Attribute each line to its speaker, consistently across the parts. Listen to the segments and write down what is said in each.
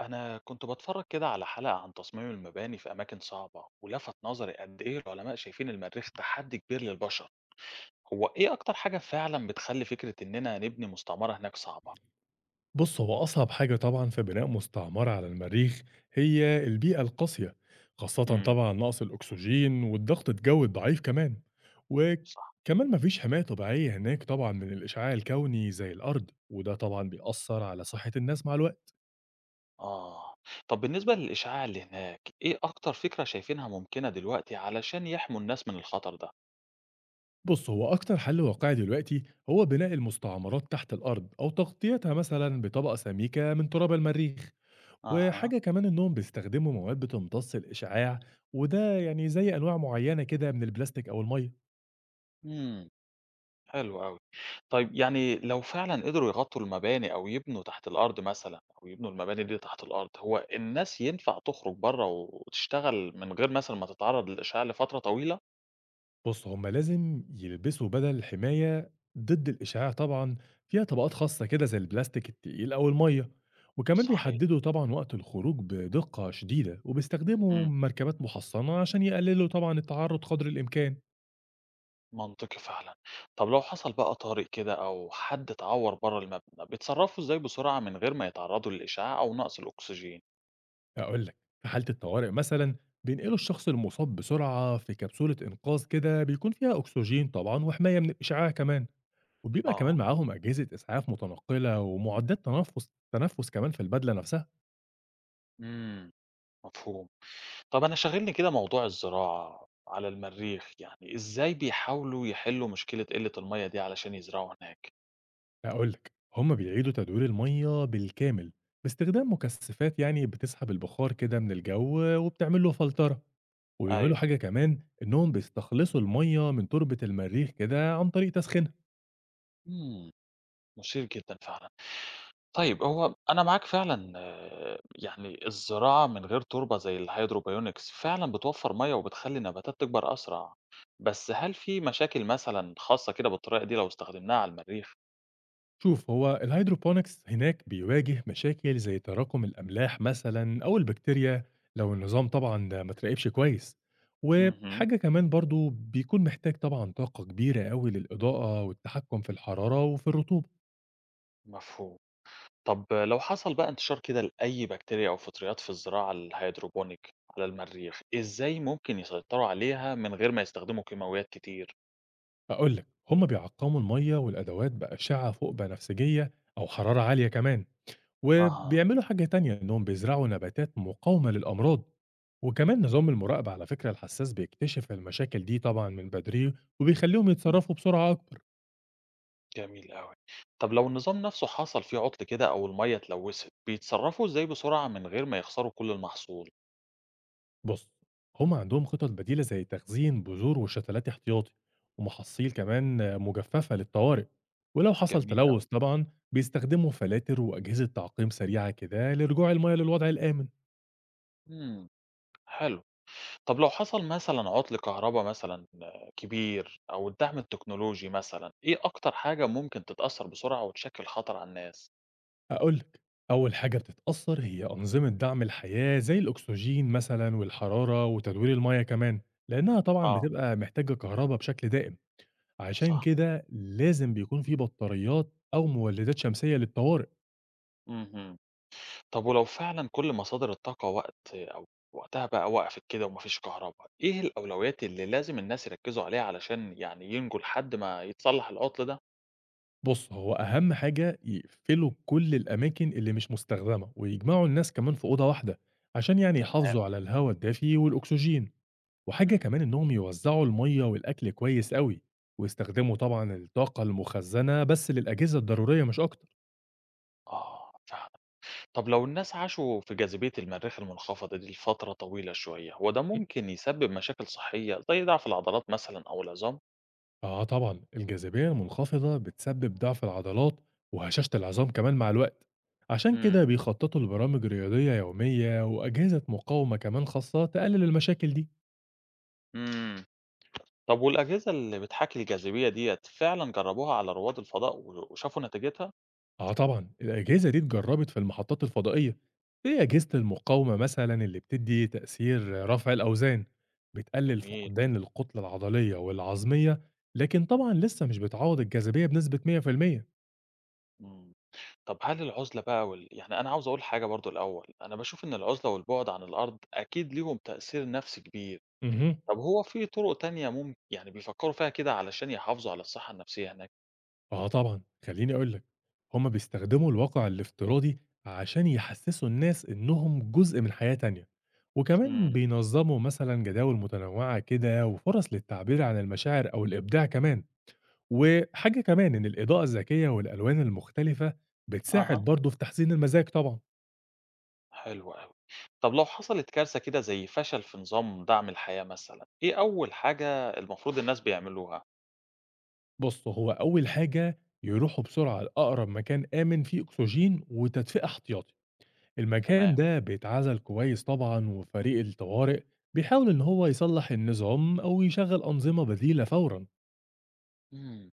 Speaker 1: أنا كنت بتفرج كده على حلقة عن تصميم المباني في أماكن صعبة، ولفت نظري قد إيه العلماء شايفين المريخ تحدي كبير للبشر. هو إيه أكتر حاجة فعلا بتخلي فكرة إننا نبني مستعمرة هناك صعبة؟
Speaker 2: بص، هو أصعب حاجة طبعا في بناء مستعمرة على المريخ هي البيئة القاسية، خاصة
Speaker 1: امم.
Speaker 2: طبعا نقص الأكسجين والضغط الجوي الضعيف كمان.
Speaker 1: صح.
Speaker 2: وكمان مفيش حماية طبيعية هناك طبعا من الإشعاع الكوني زي الأرض، وده طبعا بيأثر على صحة الناس مع الوقت.
Speaker 1: آه. طب بالنسبة للإشعاع اللي هناك، إيه أكتر فكرة شايفينها ممكنة دلوقتي علشان يحموا الناس من الخطر ده؟
Speaker 2: بص، هو أكتر حل واقعي دلوقتي هو بناء المستعمرات تحت الأرض أو تغطيتها مثلا بطبقة سميكة من تراب المريخ.
Speaker 1: أها.
Speaker 2: وحاجة كمان إنهم بيستخدموا مواد بتمتص الإشعاع، وده يعني زي أنواع معينة كده من البلاستيك أو المية.
Speaker 1: امم. حلو أوي. طيب يعني لو فعلًا قدروا يغطّوا المباني أو يبنوا تحت الأرض مثلًا، أو يبنوا المباني دي تحت الأرض، هو الناس ينفع تخرج برّه وتشتغل من غير مثلًا ما تتعرّض للإشعاع لفترة طويلة؟
Speaker 2: بص، هما لازم يلبسوا بدل الحماية ضد الإشعاع طبعا، فيها طبقات خاصة كده زي البلاستيك التقيل أو المية. وكمان
Speaker 1: صحيح.
Speaker 2: بيحددوا طبعا وقت الخروج بدقة شديدة، وبيستخدموا
Speaker 1: إمم.
Speaker 2: مركبات محصنة عشان يقللوا طبعا التعرض قدر الإمكان.
Speaker 1: منطقي فعلًا. طب لو حصل بقى طارئ كده أو حد اتعوّر برّه المبنى، بيتصرّفوا إزاي بسرعة من غير ما يتعرّضوا للإشعاع أو نقص الأكسجين؟
Speaker 2: أقول لك، في حالة الطوارئ مثلا بينقلوا الشخص المصاب بسرعة في كبسولة إنقاذ كده، بيكون فيها أكسجين طبعا وحماية من الإشعاع كمان. وبيبقى كمان
Speaker 1: آه.
Speaker 2: معاهم أجهزة إسعاف متنقّلة ومُعدّات تنفُّس كمان في البدلة نفسها.
Speaker 1: إمم. مفهوم. طب أنا شاغلني كده موضوع الزراعة على المريخ، يعني إزاي بيحاولوا يحلّوا مشكلة قِلّة المَيّة دي علشان يزرعوا هناك؟
Speaker 2: هاقول لك، هم بيعيدوا تدوير المَيّة بالكامل باستخدام مكثّفات، يعني بتسحب البخار كده من الجَو وبتعمل له فلترة، وبيعملوا
Speaker 1: أيوه.
Speaker 2: حاجة كمان إنّهم بيستخلصوا المَيّة من تربة المريخ كده عن طريق تسخينها.
Speaker 1: إمم، مثير جدًا فعلًا. طيب هو أنا معاك فعلًا يعني الزراعة من غير تربة زي الhydroponics فعلًا بتوفّر مَيّة وبتخلّي النباتات تكبر أسرع، بس هل في مشاكل مثلًا خاصة كده بالطريقة دي لو استخدمناها على المريخ؟
Speaker 2: شوف، هو الهيدروبونكس هناك بيواجه مشاكل زي تراكم الأملاح مثلا أو البكتيريا، لو النظام طبعا ده ما تراقبش كويس.
Speaker 1: اهم.
Speaker 2: وحاجة كمان برضو، بيكون محتاج طبعا طاقة كبيرة قوي للإضاءة والتحكم في الحرارة وفي الرطوبة.
Speaker 1: مفهوم. طب لو حصل بقى انتشار كده لأي بكتيريا أو فطريات في الزراعة الهيدروبونيك على المريخ، إزاي ممكن يسيطروا عليها من غير ما يستخدموا كيماويات كتير؟
Speaker 2: أقولك، هما بيعقموا المية والأدوات بأشعة فوق بنفسجية أو حرارة عالية كمان.
Speaker 1: اها.
Speaker 2: وبيعملوا حاجة تانية، إنهم بيزرعوا نباتات مقاومة للأمراض. وكمان نظام المراقبة على فكرة الحساس بيكتشف المشاكل دي طبعا من بدري، وبيخليهم
Speaker 1: مم.
Speaker 2: يتصرفوا بسرعة أكبر.
Speaker 1: جميل أوي. طب لو النظام نفسه حصل فيه عطل كده أو المية اتلوثت، بيتصرفوا إزاي بسرعة من غير ما يخسروا كل المحصول؟
Speaker 2: بص، هم عندهم خطط بديلة زي تخزين بذور وشتلات احتياطي، ومحاصيل كمان مجففة للطوارئ. ولو حصل
Speaker 1: جميل أوي.
Speaker 2: تلوث طبعا، بيستخدموا فلاتر وأجهزة تعقيم سريعة كده لرجوع المياه للوضع الآمن.
Speaker 1: امم. حلو. طب لو حصل مثلا عطل كهرباء مثلا كبير، أو الدعم التكنولوجي مثلا، إيه أكتر حاجة ممكن تتأثر بسرعة وتشكل خطر على الناس؟
Speaker 2: هاقول لك، أول حاجة بتتأثّر هي أنظمة دعم الحياة زي الأكسجين مثلًا والحرارة وتدوير المَيّة كمان، لإنها طبعًا
Speaker 1: آه.
Speaker 2: بتبقى محتاجة كهربا بشكل دائم، عشان
Speaker 1: صح.
Speaker 2: كده لازم بيكون في بطاريات أو مولدات شمسية للطوارئ.
Speaker 1: اهم. طب ولو فعلًا كل مصادر الطاقة وقتها بقى وقفت كده وما فيش كهربا، إيه الأولويات اللي لازم الناس يركّزوا عليها علشان يعني ينجوا لحد ما يتصلّح العُطل ده؟
Speaker 2: بُص، هو أهم حاجة يقفلوا كل الأماكن اللي مش مستخدمة، ويجمعوا الناس كمان في أوضة واحدة، عشان يعني
Speaker 1: تمام.
Speaker 2: يحافظوا على الهوا الدافي والأكسجين. وحاجة
Speaker 1: إمم.
Speaker 2: كمان إنهم يوزعوا المَيّة والأكل كويس أوي، ويستخدموا طبعًا الطاقة المخزّنة بس للأجهزة الضرورية مش أكتر.
Speaker 1: آه فعلًا. طب لو الناس عاشوا في جاذبية المريخ المنخفضة دي لفترة طويلة شوية، هو ده ممكن يسبب مشاكل صحية زي ضعف العضلات مثلًا أو العظام؟
Speaker 2: آه طبعًا، الجاذبية المنخفضة بتسبب ضعف العضلات وهشاشة العظام كمان مع الوقت، عشان كده
Speaker 1: إمم.
Speaker 2: بيخططوا لبرامج رياضية يومية وأجهزة مقاومة كمان خاصة تقلل المشاكل دي.
Speaker 1: إمم. طب والأجهزة اللي بتحاكي الجاذبية ديّة فعلًا جرّبوها على رواد الفضاء و وشافوا نتيجتها؟
Speaker 2: آه طبعًا، الأجهزة دي اتجرّبت في المحطّات الفضائية، زي أجهزة المقاومة مثلًا اللي بتدّي تأثير رفع الأوزان، بتقلل
Speaker 1: جميل.
Speaker 2: فقدان الكتلة العضلية والعظمية، لكن طبعًا لسه مش بتعوّض الجاذبية بنسبة 100%.
Speaker 1: إمم. طب هل العُزلة بقى يعني أنا عاوز أقول حاجة برضه الأول، أنا باشوف إن العُزلة والبُعد عن الأرض أكيد ليهم تأثير نَفْسي كبير.
Speaker 2: اهم.
Speaker 1: طب هو في طُرق تانية يعني بيفكّروا فيها كده علشان يحافظوا على الصحّة النَفْسية هناك؟
Speaker 2: آه طبعًا، خلّيني أقول لك، هُم بيستخدموا الواقع الافتراضي عشان يحسّسوا الناس إنّهم جزء من حياة تانية، وكمان
Speaker 1: إمم.
Speaker 2: بينظّموا مثلًا جداول متنوّعة كده وفُرَص للتعبير عن المشاعر أو الإبداع كمان. وحاجة كمان إن الإضاءة الذكية والألوان المختلفة
Speaker 1: أها،
Speaker 2: بتساعد برضه في تحسين المزاج طبعًا.
Speaker 1: حلو أوي. طب لو حصلت كارثة كده زي فشل في نظام دعم الحياة مثلًا، إيه أول حاجة المفروض الناس بيعملوها؟
Speaker 2: بُص، هو أول حاجة يروحوا بسرعة لأقرب مكان آمن فيه أكسجين وتدفئة احتياطي. المكان
Speaker 1: تمام.
Speaker 2: ده بيتعزل كويس طبعًا، وفريق الطوارئ بيحاول إن هو يصلح النظام أو يشغّل أنظمة بديلة فورًا.
Speaker 1: إمم.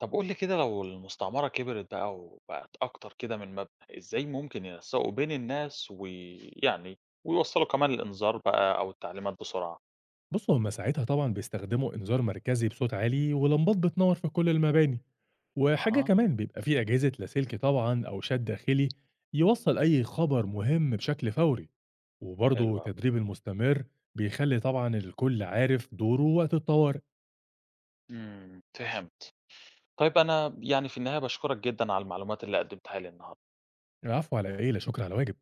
Speaker 1: طب قُل لي كده، لو المستعمرة كبرت بقى وبقت أكتر كده من مبنى، إزاي ممكن ينسّقوا بين الناس ويعني ويوصّلوا كمان الإنذار بقى أو التعليمات بسرعة؟
Speaker 2: بصوا، هما ساعتها طبعا بيستخدموا انذار مركزي بصوت عالي ولمبات بتنور في كل المباني. وحاجة
Speaker 1: أها،
Speaker 2: كمان، بيبقى فيه أجهزة لاسلكي طبعا أو شات داخلي يوصل أي خبر مهم بشكل فوري.
Speaker 1: حلو
Speaker 2: وبرضه
Speaker 1: أوي.
Speaker 2: تدريب المستمر بيخلي طبعا الكل عارف دوره وقت الطوارئ.
Speaker 1: إمم، فهمت. طيب أنا يعني في النهاية باشكرك جدًا على المعلومات اللي قدّمتها لي النهارده.
Speaker 2: العفو، على إيه؟ لا شكر على واجب.